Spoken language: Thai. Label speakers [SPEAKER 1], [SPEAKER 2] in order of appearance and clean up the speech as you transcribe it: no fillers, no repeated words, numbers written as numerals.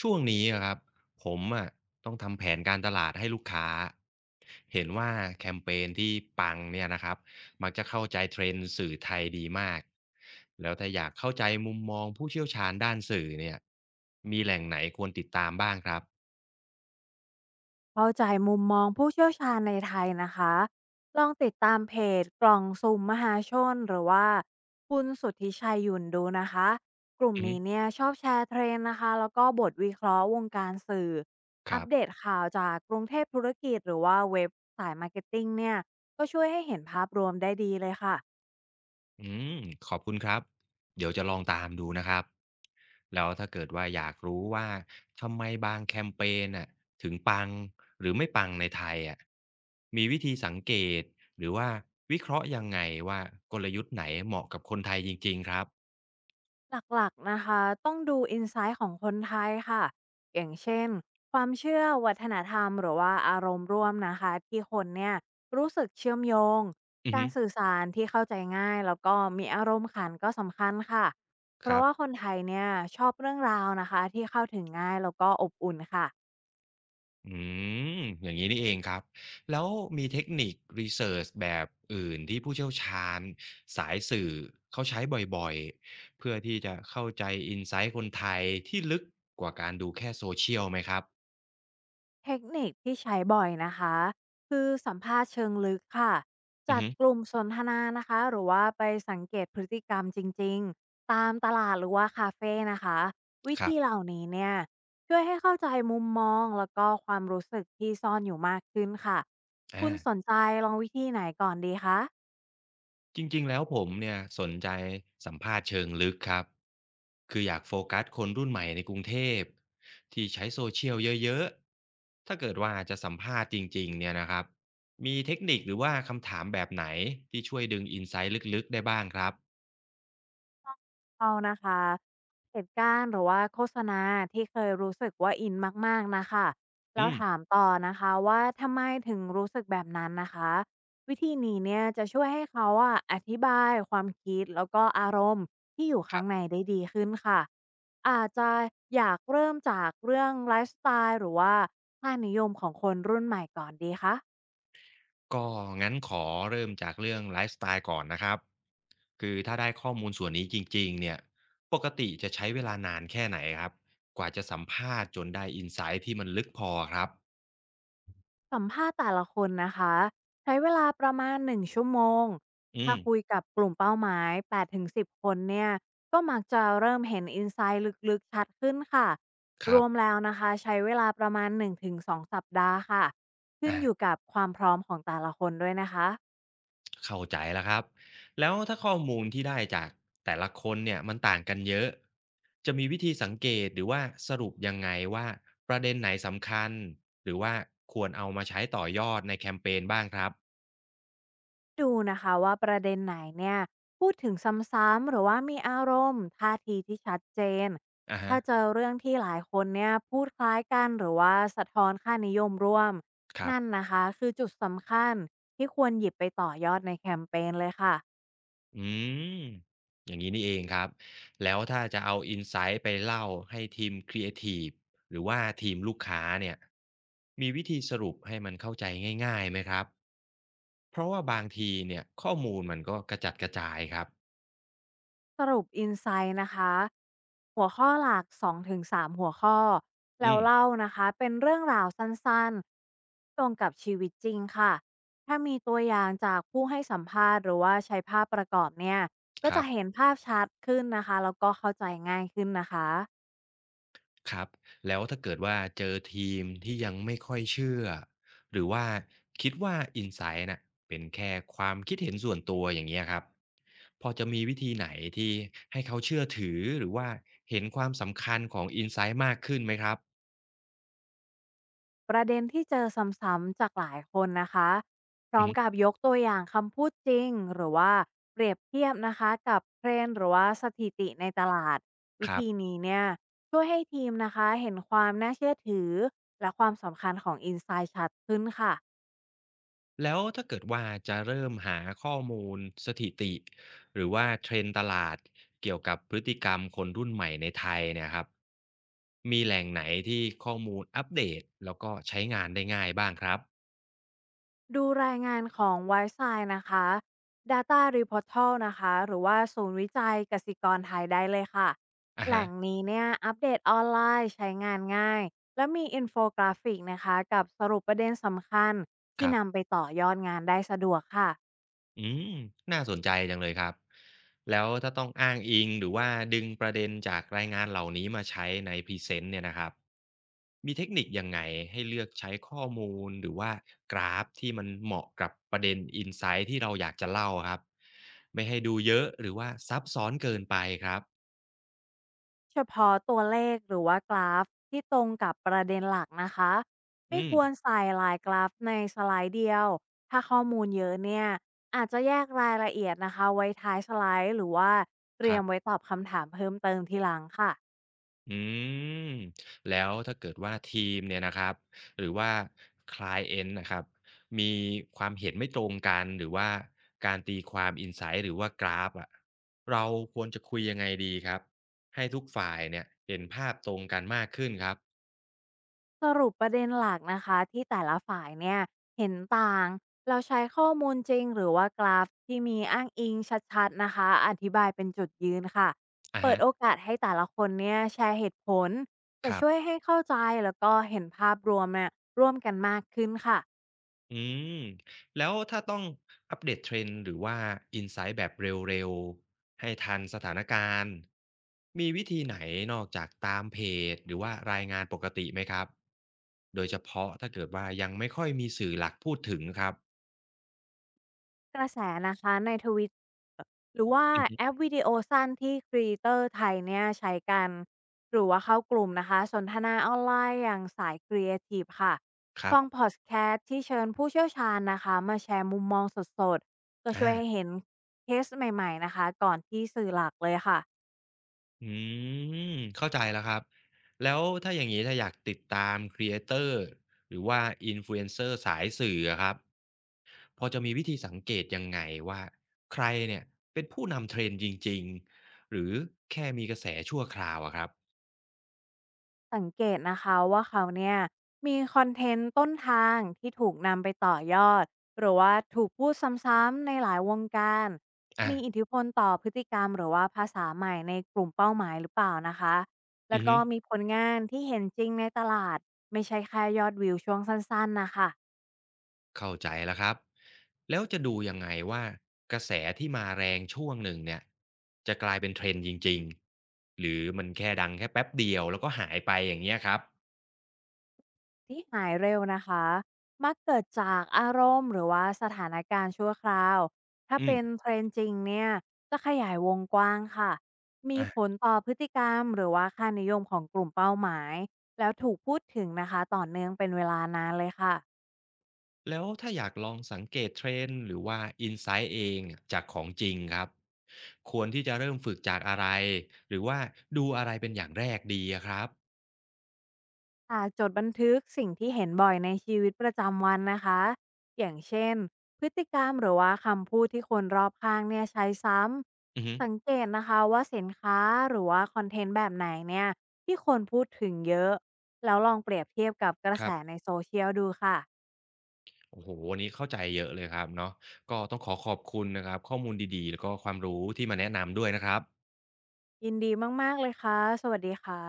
[SPEAKER 1] ช่วงนี้อะครับผมอะต้องทำแผนการตลาดให้ลูกค้าเห็นว่าแคมเปญที่ปังเนี่ยนะครับมักจะเข้าใจเทรนด์สื่อไทยดีมากแล้วถ้าอยากเข้าใจมุมมองผู้เชี่ยวชาญด้านสื่อเนี่ยมีแหล่งไหนควรติดตามบ้างครับ
[SPEAKER 2] เข้าใจมุมมองผู้เชี่ยวชาญในไทยนะคะลองติดตามเพจกล่องสุ่มมหาชนหรือว่าคุณสุทธิชัยหยุ่นดูนะคะกลุ่ม
[SPEAKER 1] อือฮึ
[SPEAKER 2] นี้เนี่ยชอบแชร์เทรนด์นะคะแล้วก็บทวิเคราะห์วงการสื่อ
[SPEAKER 1] ค
[SPEAKER 2] อัป
[SPEAKER 1] รั
[SPEAKER 2] เดต
[SPEAKER 1] บ
[SPEAKER 2] ข่าวจากกรุงเทพธุรกิจหรือว่าเว็บสายมาร์เก็ตติ้งเนี่ยก็ช่วยให้เห็นภาพรวมได้ดีเลยค่ะ
[SPEAKER 1] อืมขอบคุณครับเดี๋ยวจะลองตามดูนะครับแล้วถ้าเกิดว่าอยากรู้ว่าทำไมบางแคมเปญน่ะถึงปังหรือไม่ปังในไทยอ่ะมีวิธีสังเกตหรือว่าวิเคราะห์ยังไงว่ากลยุทธ์ไหนเหมาะกับคนไทยจริงๆครับ
[SPEAKER 2] หลักๆนะคะต้องดูอินไซต์ของคนไทยค่ะอย่างเช่นความเชื่อวัฒนธรรมหรือว่าอารมณ์ร่วมนะคะที่คนเนี่ยรู้สึกเชื่อมโยง
[SPEAKER 1] อือ
[SPEAKER 2] กา
[SPEAKER 1] ฮึ
[SPEAKER 2] รสื่อสารที่เข้าใจง่ายแล้วก็มีอารมณ์ขันก็สำคัญค่ะเพ
[SPEAKER 1] ค
[SPEAKER 2] ราะ
[SPEAKER 1] รั
[SPEAKER 2] ว่าคน
[SPEAKER 1] บ
[SPEAKER 2] ไทยเนี่ยชอบเรื่องราวนะคะที่เข้าถึงง่ายแล้วก็อบอุ่นค่ะ
[SPEAKER 1] อืมอย่างนี้นี่เองครับแล้วมีเทคนิครีเสิร์ชแบบอื่นที่ผู้เชี่ยวชาญสายสื่อเขาใช้บ่อยๆเพื่อที่จะเข้าใจอินไซต์คนไทยที่ลึกกว่าการดูแค่โซเชียลไหมครับ
[SPEAKER 2] เทคนิคที่ใช้บ่อยนะคะคือสัมภาษณ์เชิงลึกค่ะ
[SPEAKER 1] อื
[SPEAKER 2] จั
[SPEAKER 1] อ
[SPEAKER 2] ด
[SPEAKER 1] ฮึ
[SPEAKER 2] กลุ่มสนทนานะคะหรือว่าไปสังเกตพฤติกรรมจริงๆตามตลาดหรือว่าคาเฟ่นะคะวิ
[SPEAKER 1] ครั
[SPEAKER 2] ธีเห
[SPEAKER 1] บ
[SPEAKER 2] ล่านี้เนี่ยช่วยให้เข้าใจมุมมองแล้วก็ความรู้สึกที่ซ่อนอยู่มากขึ้นค่ะคุ
[SPEAKER 1] อ่า
[SPEAKER 2] ณสนใจลองวิธีไหนก่อนดีคะ
[SPEAKER 1] จริงๆ แล้วผมเนี่ยสนใจสัมภาษณ์เชิงลึกครับคืออยากโฟกัสคนรุ่นใหม่ในกรุงเทพที่ใช้โซเชียลเยอะๆ ถ้าเกิดว่าจะสัมภาษณ์จริงๆเนี่ยนะครับมีเทคนิคหรือว่าคำถามแบบไหนที่ช่วยดึงอินไซต์ลึกๆ ได้บ้างครับ
[SPEAKER 2] เรานะคะเหตุการณ์หรือว่าโฆษณาที่เคยรู้สึกว่าอินมากๆน่ะค่ะ
[SPEAKER 1] อื
[SPEAKER 2] แล้วถา
[SPEAKER 1] ม
[SPEAKER 2] มต่อนะคะว่าทำไมถึงรู้สึกแบบนั้นนะคะวิธีนี้เนี่ยจะช่วยให้เขาอะอธิบายความคิดแล้วก็อารมณ์ที่อยู่
[SPEAKER 1] ค
[SPEAKER 2] ข้า
[SPEAKER 1] รั
[SPEAKER 2] งใน
[SPEAKER 1] บ
[SPEAKER 2] ได้ดีขึ้นค่ะอาจจะอยากเริ่มจากเรื่องไลฟ์สไตล์หรือว่าค่านิยมของคนรุ่นใหม่ก่อนดีคะ
[SPEAKER 1] ก็งั้นขอเริ่มจากเรื่องไลฟ์สไตล์ก่อนนะครับ คือถ้าได้ข้อมูลส่วนนี้จริงๆเนี่ยปกติจะใช้เวลานานแค่ไหนครับกว่าจะสัมภาษณ์จนได้อินไซต์ที่มันลึกพอครับ
[SPEAKER 2] สัมภาษณ์แต่ละคนนะคะใช้เวลาประมาณ1ชั่วโมง
[SPEAKER 1] อื
[SPEAKER 2] ถ้า
[SPEAKER 1] ม
[SPEAKER 2] คุยกับกลุ่มเป้าหมาย8-10คนเนี่ยก็มักจะเริ่มเห็นอินไซต์ลึกๆชัดขึ้นค่ะ
[SPEAKER 1] ค
[SPEAKER 2] ร
[SPEAKER 1] รั
[SPEAKER 2] วม
[SPEAKER 1] บ
[SPEAKER 2] แล้วนะคะใช้เวลาประมาณ1-2สองสัปดาห์ค่ะขึ้น
[SPEAKER 1] อา
[SPEAKER 2] อยู่กับความพร้อมของแต่ละคนด้วยนะคะ
[SPEAKER 1] เข้าใจแล้วครับแล้วถ้าข้อมูลที่ได้จากแต่ละคนเนี่ยมันต่างกันเยอะจะมีวิธีสังเกตหรือว่าสรุปยังไงว่าประเด็นไหนสำคัญหรือว่าควรเอามาใช้ต่อยอดในแคมเปญบ้างครับ
[SPEAKER 2] ดูนะคะว่าประเด็นไหนเนี่ยพูดถึงซ้ำๆหรือว่ามีอารมณ์ท่าทีที่ชัดเจน
[SPEAKER 1] อะฮะ
[SPEAKER 2] ถ้าเจอเรื่องที่หลายคนเนี่ยพูดคล้ายกันหรือว่าสะท้อนค่านิยมร่วม
[SPEAKER 1] ครับ
[SPEAKER 2] นั่นนะคะคือจุดสำคัญที่ควรหยิบไปต่อยอดในแคมเปญเลยค่ะ
[SPEAKER 1] อืมอย่างนี้นี่เองครับแล้วถ้าจะเอาอินไซต์ไปเล่าให้ทีมครีเอทีฟหรือว่าทีมลูกค้าเนี่ยมีวิธีสรุปให้มันเข้าใจง่ายๆไหมครับ เพราะว่าบางทีเนี่ยข้อมูลมันก็กระจัดกระจายครับ
[SPEAKER 2] สรุปอินไซต์นะคะหัวข้อหลัก2-3หัวข้อแล้
[SPEAKER 1] อื
[SPEAKER 2] ว
[SPEAKER 1] ม
[SPEAKER 2] เล่านะคะเป็นเรื่องราวสั้นๆตรงกับชีวิตจริงค่ะถ้ามีตัวอย่างจากผู้ให้สัมภาษณ์หรือว่าใช้ภาพประกอบเนี่ยก็
[SPEAKER 1] ครั
[SPEAKER 2] จะ
[SPEAKER 1] บ
[SPEAKER 2] เห็นภาพชัดขึ้นนะคะแล้วก็เข้าใจง่ายขึ้นนะคะ
[SPEAKER 1] ครับ แล้วถ้าเกิดว่าเจอทีมที่ยังไม่ค่อยเชื่อหรือว่าคิดว่า Insight นไซ t ์น่ะเป็นแค่ความคิดเห็นส่วนตัวอย่างเงี้ยครับพอจะมีวิธีไหนที่ให้เขาเชื่อถือหรือว่าเห็นความสำคัญของ Insight มากขึ้นไหมครับ
[SPEAKER 2] ประเด็นที่เจอซ้ำๆจากหลายคนนะคะพร้อ
[SPEAKER 1] อือ
[SPEAKER 2] ม
[SPEAKER 1] ฮึ
[SPEAKER 2] กับยกตัวอย่างคำพูดจริงหรือว่าเปรียบเทียบนะคะกับเทรนด์หรือว่าสถิติในตลาดวิ
[SPEAKER 1] ครั
[SPEAKER 2] ธี
[SPEAKER 1] บ
[SPEAKER 2] นี้เนี่ยช่วยให้ทีมนะคะเห็นความน่าเชื่อถือและความสำคัญของอินไซต์ชัดขึ้นค่ะ
[SPEAKER 1] แล้วถ้าเกิดว่าจะเริ่มหาข้อมูลสถิติหรือว่าเทรนด์ตลาดเกี่ยวกับพฤติกรรมคนรุ่นใหม่ในไทยเนี่ยครับมีแหล่งไหนที่ข้อมูลอัปเดตแล้วก็ใช้งานได้ง่ายบ้างครับ
[SPEAKER 2] ดูรายงานของ w i s i นะคะ Data Reportal นะคะ หรือว่าศูนย์วิจัยกสิกรไทยได้เลยค่ะ
[SPEAKER 1] อะ
[SPEAKER 2] แห
[SPEAKER 1] ฮะ
[SPEAKER 2] ล่งนี้เนี่ยอัปเดตออนไลน์ใช้งานง่าย และมีอินโฟกราฟิกนะคะกับสรุปประเด็นสำคัญ
[SPEAKER 1] ค
[SPEAKER 2] ที่
[SPEAKER 1] รั
[SPEAKER 2] นำไป
[SPEAKER 1] บ
[SPEAKER 2] ต่อยอดงานได้สะดวกค่ะ
[SPEAKER 1] อืมน่าสนใจจังเลยครับ แล้วถ้าต้องอ้างอิงหรือว่าดึงประเด็นจากรายงานเหล่านี้มาใช้ในพรีเซนต์เนี่ยนะครับ มีเทคนิคยังไงให้เลือกใช้ข้อมูลหรือว่ากราฟที่มันเหมาะกับประเด็นอินไซต์ที่เราอยากจะเล่าครับ ไม่ให้ดูเยอะหรือว่าซับซ้อนเกินไปครับ
[SPEAKER 2] เฉพาะตัวเลขหรือว่ากราฟที่ตรงกับประเด็นหลักนะคะไม่
[SPEAKER 1] อื
[SPEAKER 2] ควร
[SPEAKER 1] ม
[SPEAKER 2] ใส่หลายกราฟในสไลด์เดียวถ้าข้อมูลเยอะเนี่ยอาจจะแยกรายละเอียดนะคะไว้ท้ายสไลด์หรือว่าเต
[SPEAKER 1] ค
[SPEAKER 2] รีย
[SPEAKER 1] รั
[SPEAKER 2] ม
[SPEAKER 1] บ
[SPEAKER 2] ไว้ตอบคำถามเพิ่มเติมทีหลังค่ะ
[SPEAKER 1] อืมแล้วถ้าเกิดว่าทีมเนี่ยนะครับหรือว่าคลายเอ็นนะครับมีความเห็นไม่ตรงกันหรือว่าการตีความอินไซต์หรือว่ากราฟอะเราควรจะคุยยังไงดีครับให้ทุกฝ่ายเนี่ยเห็นภาพตรงกันมากขึ้นครับ
[SPEAKER 2] สรุปประเด็นหลักนะคะที่แต่ละฝ่ายเนี่ยเห็นต่างเราใช้ข้อมูลจริงหรือว่ากราฟที่มีอ้างอิงชัดๆนะคะอธิบายเป็นจุดยืนค่ะ
[SPEAKER 1] อะ
[SPEAKER 2] เปิด
[SPEAKER 1] ฮะ
[SPEAKER 2] โอกาสให้แต่ละคนเนี่ยแชร์เหตุผลจะ
[SPEAKER 1] ครับ
[SPEAKER 2] ช่วยให้เข้าใจแล้วก็เห็นภาพรวมเนี่ยร่วมกันมากขึ้นค่ะ
[SPEAKER 1] อืมแล้วถ้าต้องอัปเดต Trend หรือว่าอินไซต์แบบเร็วๆให้ทันสถานการณ์มีวิธีไหนนอกจากตามเพจหรือว่ารายงานปกติไหมครับโดยเฉพาะถ้าเกิดว่ายังไม่ค่อยมีสื่อหลักพูดถึงครับ
[SPEAKER 2] กระแสนะคะใน Twitter หรือว่า
[SPEAKER 1] อือฮึ
[SPEAKER 2] แอปวิดีโอสั้นที่ Creator ไทยเนี่ยใช้กันหรือว่าเข้ากลุ่มนะคะสนทนาออนไลน์อย่างสายครีเอทีฟค่ะ
[SPEAKER 1] ครั
[SPEAKER 2] ฟังพ
[SPEAKER 1] บ
[SPEAKER 2] อดแคสต์ที่เชิญผู้เชี่ยวชาญนะคะมาแชร์มุมมองสดๆก็ช่วย
[SPEAKER 1] อา
[SPEAKER 2] ให้เห็นเคสใหม่ๆนะคะก่อนที่สื่อหลักเลยค่ะ
[SPEAKER 1] อืมเข้าใจแล้วครับแล้วถ้าอย่างนี้ถ้าอยากติดตามครีเอเตอร์หรือว่า Influencer สายสื่ออะครับ พอจะมีวิธีสังเกตยังไงว่าใครเนี่ยเป็นผู้นำ t r นด์จริงๆหรือแค่มีกระแสชั่วคราวอะครับ
[SPEAKER 2] สังเกตนะคะว่าเขาเนี่ยมีคอนเทนต์ต้นทางที่ถูกนำไปต่อยอดหรือว่าถูกพูดซ้ำๆในหลายวงการมี
[SPEAKER 1] อา
[SPEAKER 2] อิทธิพลต่อพฤติกรรมหรือว่าภาษาใหม่ในกลุ่มเป้าหมายหรือเปล่านะคะแล้
[SPEAKER 1] อื
[SPEAKER 2] ว
[SPEAKER 1] อฮึ
[SPEAKER 2] ก็มีผลงานที่เห็นจริงในตลาดไม่ใช่แค่ยอดวิวช่วงสั้นๆนะคะ
[SPEAKER 1] เข้าใจแล้วครับแล้วจะดูยังไงว่ากระแสที่มาแรงช่วงหนึ่งเนี่ยจะกลายเป็นเทรนด์จริงๆหรือมันแค่ดังแค่แป๊บเดียวแล้วก็หายไปอย่างเงี้ยครับ
[SPEAKER 2] ที่หายเร็วนะคะมักเกิดจากอารมณ์หรือว่าสถานการณ์ชั่วคราว ถ้า
[SPEAKER 1] อื
[SPEAKER 2] เป็น
[SPEAKER 1] ม
[SPEAKER 2] เทรนด์จริงเนี่ยจะขยายวงกว้างค่ะ มีผล
[SPEAKER 1] อ
[SPEAKER 2] ต่อพฤติกรรมหรือว่าค่านิยมของกลุ่มเป้าหมาย แล้วถูกพูดถึงนะคะต่อเนื่องเป็นเวลานานเลยค่ะ
[SPEAKER 1] แล้วถ้าอยากลองสังเกตเทรนด์หรือว่าอินไซต์เองจากของจริงครับควรที่จะเริ่มฝึกจากอะไรหรือว่าดูอะไรเป็นอย่างแรกดีอะครับ
[SPEAKER 2] จดบันทึกสิ่งที่เห็นบ่อยในชีวิตประจำวันนะคะอย่างเช่นพฤติกรรมหรือว่าคำพูดที่คนรอบข้างเนี่ยใช้ซ้
[SPEAKER 1] อือฮึ
[SPEAKER 2] ำสังเกตนะคะว่าสินค้าหรือว่าคอนเทนต์แบบไหนเนี่ยที่คนพูดถึงเยอะแล้วลองเปรียบเทียบกับกระ
[SPEAKER 1] ค
[SPEAKER 2] แส
[SPEAKER 1] รั
[SPEAKER 2] ใน
[SPEAKER 1] บ
[SPEAKER 2] โซเชียลดูค่ะ
[SPEAKER 1] โอ้โหวันนี้เข้าใจเยอะเลยครับเนาะก็ต้องขอขอบคุณนะครับข้อมูลดีๆแล้วก็ความรู้ที่มาแนะนำด้วยนะครับ
[SPEAKER 2] ยินดีมากๆเลยค่ะสวัสดีค่ะ